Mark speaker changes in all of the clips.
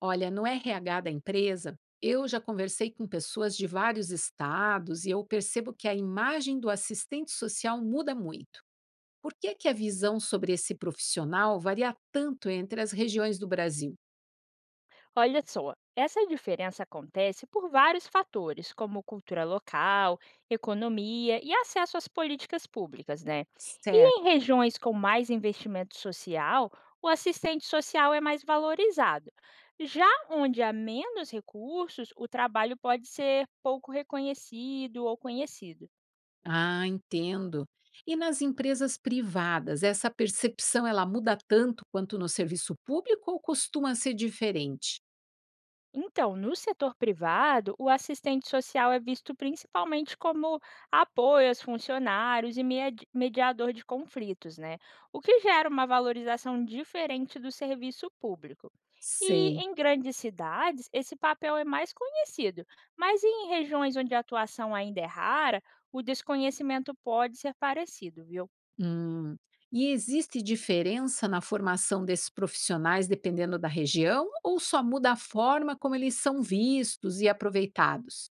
Speaker 1: Olha, no RH da empresa, eu já conversei com pessoas de vários estados e eu percebo que a imagem do assistente social muda muito. Por que, que a visão sobre esse profissional varia tanto entre as regiões do Brasil?
Speaker 2: Olha só, essa diferença acontece por vários fatores, como cultura local, economia e acesso às políticas públicas, né? E em
Speaker 1: Certo.
Speaker 2: regiões com mais investimento social, o assistente social é mais valorizado. Já onde há menos recursos, o trabalho pode ser pouco reconhecido ou conhecido.
Speaker 1: Ah, entendo. E nas empresas privadas, essa percepção ela muda tanto quanto no serviço público ou costuma ser diferente?
Speaker 2: Então, no setor privado, o assistente social é visto principalmente como apoio aos funcionários e mediador de conflitos, né? O que gera uma valorização diferente do serviço público. E
Speaker 1: Sei.
Speaker 2: em grandes cidades, esse papel é mais conhecido, mas em regiões onde a atuação ainda é rara, o desconhecimento pode ser parecido, viu?
Speaker 1: Hum. E existe diferença na formação desses profissionais dependendo da região ou só muda a forma como eles são vistos e aproveitados?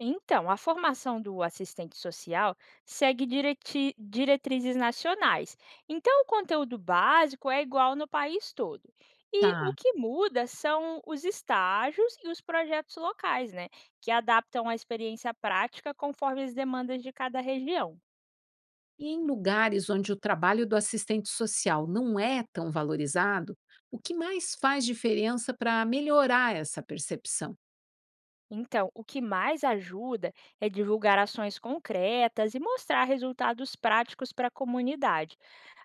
Speaker 2: Então, a formação do assistente social segue diretrizes nacionais. Então, o conteúdo básico é igual no país todo. E o
Speaker 1: Tá.
Speaker 2: que muda são os estágios e os projetos locais, né? Que adaptam a experiência prática conforme as demandas de cada região.
Speaker 1: E em lugares onde o trabalho do assistente social não é tão valorizado, o que mais faz diferença para melhorar essa percepção?
Speaker 2: Então, o que mais ajuda é divulgar ações concretas e mostrar resultados práticos para a comunidade.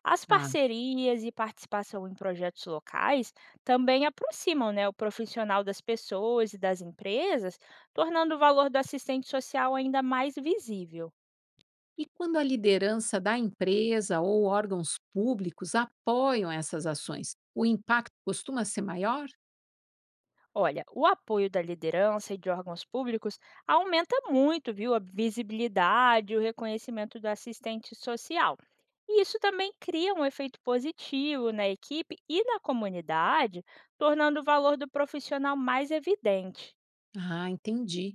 Speaker 2: As
Speaker 1: Tá.
Speaker 2: parcerias e participação em projetos locais também aproximam, né, o profissional das pessoas e das empresas, tornando o valor do assistente social ainda mais visível.
Speaker 1: E quando a liderança da empresa ou órgãos públicos apoiam essas ações, o impacto costuma ser maior?
Speaker 2: Olha, o apoio da liderança e de órgãos públicos aumenta muito, viu, a visibilidade e o reconhecimento do assistente social. E isso também cria um efeito positivo na equipe e na comunidade, tornando o valor do profissional mais evidente.
Speaker 1: Ah, entendi.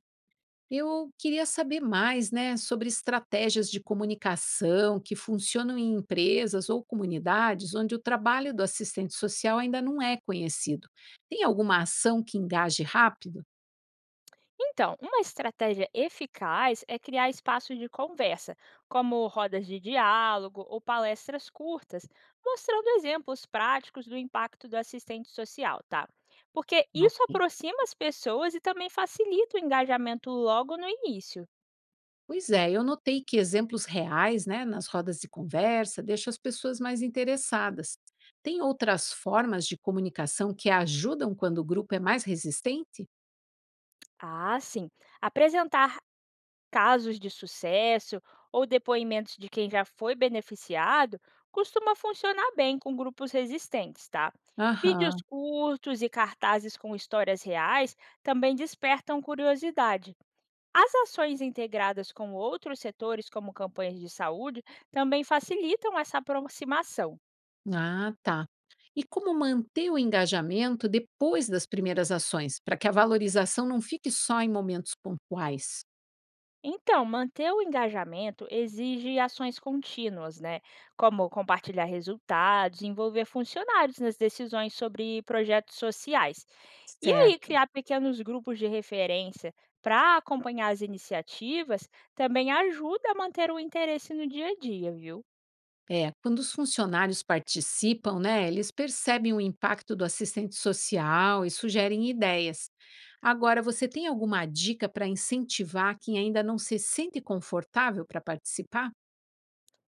Speaker 1: Eu queria saber mais, né, sobre estratégias de comunicação que funcionam em empresas ou comunidades onde o trabalho do assistente social ainda não é conhecido. Tem alguma ação que engaje rápido?
Speaker 2: Então, uma estratégia eficaz é criar espaços de conversa, como rodas de diálogo ou palestras curtas, mostrando exemplos práticos do impacto do assistente social, tá? Porque isso
Speaker 1: Ok.
Speaker 2: aproxima as pessoas e também facilita o engajamento logo no início.
Speaker 1: Pois é, eu notei que exemplos reais, né, nas rodas de conversa, deixam as pessoas mais interessadas. Tem outras formas de comunicação que ajudam quando o grupo é mais resistente?
Speaker 2: Ah, sim. Apresentar casos de sucesso ou depoimentos de quem já foi beneficiado costuma funcionar bem com grupos resistentes, tá? Vídeos
Speaker 1: Aham.
Speaker 2: curtos e cartazes com histórias reais também despertam curiosidade. As ações integradas com outros setores, como campanhas de saúde, também facilitam essa aproximação.
Speaker 1: Ah, tá. E como manter o engajamento depois das primeiras ações, para que a valorização não fique só em momentos pontuais?
Speaker 2: Então, manter o engajamento exige ações contínuas, né? Como compartilhar resultados, envolver funcionários nas decisões sobre projetos sociais. E aí,
Speaker 1: Certo.
Speaker 2: criar pequenos grupos de referência para acompanhar as iniciativas também ajuda a manter o interesse no dia a dia, viu?
Speaker 1: É, quando os funcionários participam, né, eles percebem o impacto do assistente social e sugerem ideias. Agora, você tem alguma dica para incentivar quem ainda não se sente confortável para participar?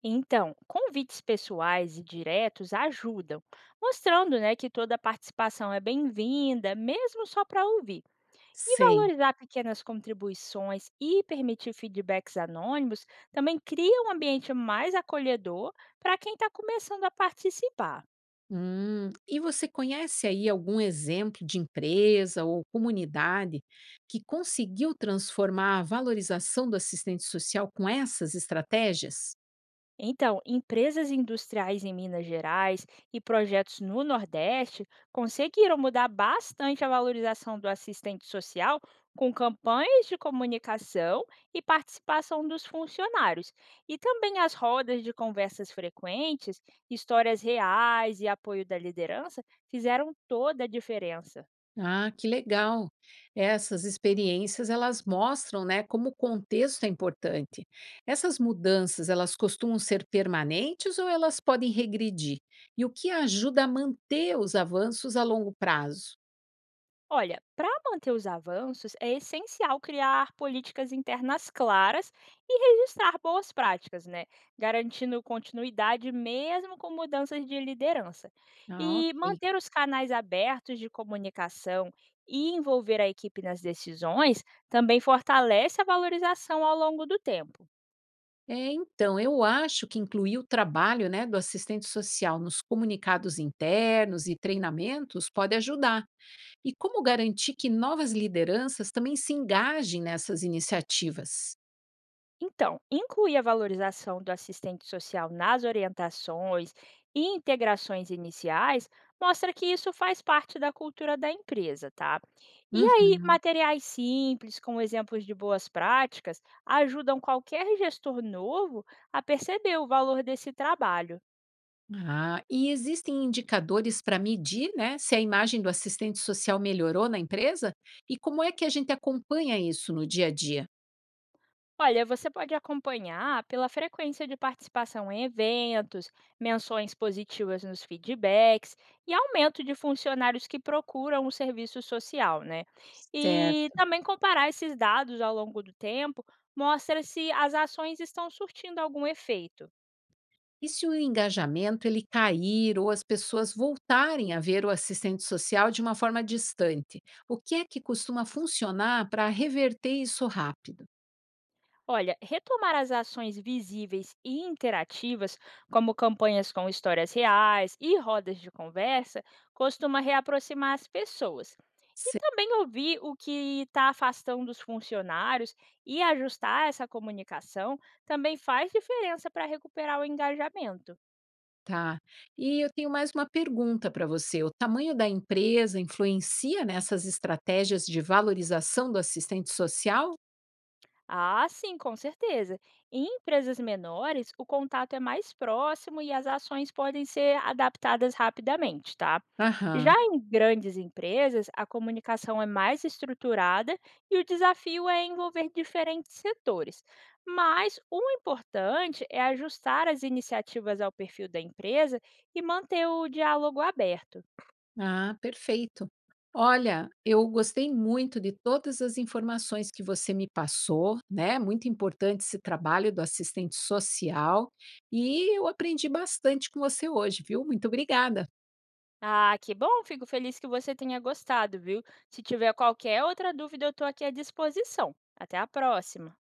Speaker 2: Então, convites pessoais e diretos ajudam, mostrando, né, que toda participação é bem-vinda, mesmo só para ouvir. E
Speaker 1: Sei.
Speaker 2: valorizar pequenas contribuições e permitir feedbacks anônimos também cria um ambiente mais acolhedor para quem está começando a participar.
Speaker 1: E você conhece aí algum exemplo de empresa ou comunidade que conseguiu transformar a valorização do assistente social com essas estratégias?
Speaker 2: Então, empresas industriais em Minas Gerais e projetos no Nordeste conseguiram mudar bastante a valorização do assistente social com campanhas de comunicação e participação dos funcionários. E também as rodas de conversas frequentes, histórias reais e apoio da liderança fizeram toda a diferença.
Speaker 1: Ah, que legal! Essas experiências elas mostram, né, como o contexto é importante. Essas mudanças elas costumam ser permanentes ou elas podem regredir? E o que ajuda a manter os avanços a longo prazo?
Speaker 2: Olha, para manter os avanços, é essencial criar políticas internas claras e registrar boas práticas, né? Garantindo continuidade mesmo com mudanças de liderança.
Speaker 1: Ah,
Speaker 2: E
Speaker 1: ok.
Speaker 2: manter os canais abertos de comunicação e envolver a equipe nas decisões também fortalece a valorização ao longo do tempo.
Speaker 1: É, então, eu acho que incluir o trabalho, né, do assistente social nos comunicados internos e treinamentos pode ajudar. E como garantir que novas lideranças também se engajem nessas iniciativas?
Speaker 2: Então, incluir a valorização do assistente social nas orientações e integrações iniciais mostra que isso faz parte da cultura da empresa, tá? E
Speaker 1: Uhum.
Speaker 2: aí, materiais simples, com exemplos de boas práticas, ajudam qualquer gestor novo a perceber o valor desse trabalho.
Speaker 1: Ah, e existem indicadores para medir, né, se a imagem do assistente social melhorou na empresa? E como é que a gente acompanha isso no dia a dia?
Speaker 2: Olha, você pode acompanhar pela frequência de participação em eventos, menções positivas nos feedbacks e aumento de funcionários que procuram o serviço social, né? E
Speaker 1: Certo.
Speaker 2: também comparar esses dados ao longo do tempo mostra se as ações estão surtindo algum efeito.
Speaker 1: E se o engajamento ele cair ou as pessoas voltarem a ver o assistente social de uma forma distante, o que é que costuma funcionar para reverter isso rápido?
Speaker 2: Olha, retomar as ações visíveis e interativas, como campanhas com histórias reais e rodas de conversa, costuma reaproximar as pessoas. E
Speaker 1: Cer-
Speaker 2: também ouvir o que está afastando os funcionários e ajustar essa comunicação também faz diferença para recuperar o engajamento.
Speaker 1: Tá. E eu tenho mais uma pergunta para você. O tamanho da empresa influencia nessas estratégias de valorização do assistente social?
Speaker 2: Ah, sim, com certeza. Em empresas menores, o contato é mais próximo e as ações podem ser adaptadas rapidamente, tá?
Speaker 1: Aham.
Speaker 2: Já em grandes empresas, a comunicação é mais estruturada e o desafio é envolver diferentes setores. Mas o importante é ajustar as iniciativas ao perfil da empresa e manter o diálogo aberto.
Speaker 1: Ah, perfeito. Olha, eu gostei muito de todas as informações que você me passou, né? Muito importante esse trabalho do assistente social. E eu aprendi bastante com você hoje, viu? Muito obrigada.
Speaker 2: Ah, que bom, fico feliz que você tenha gostado, viu? Se tiver qualquer outra dúvida, eu estou aqui à disposição. Até a próxima.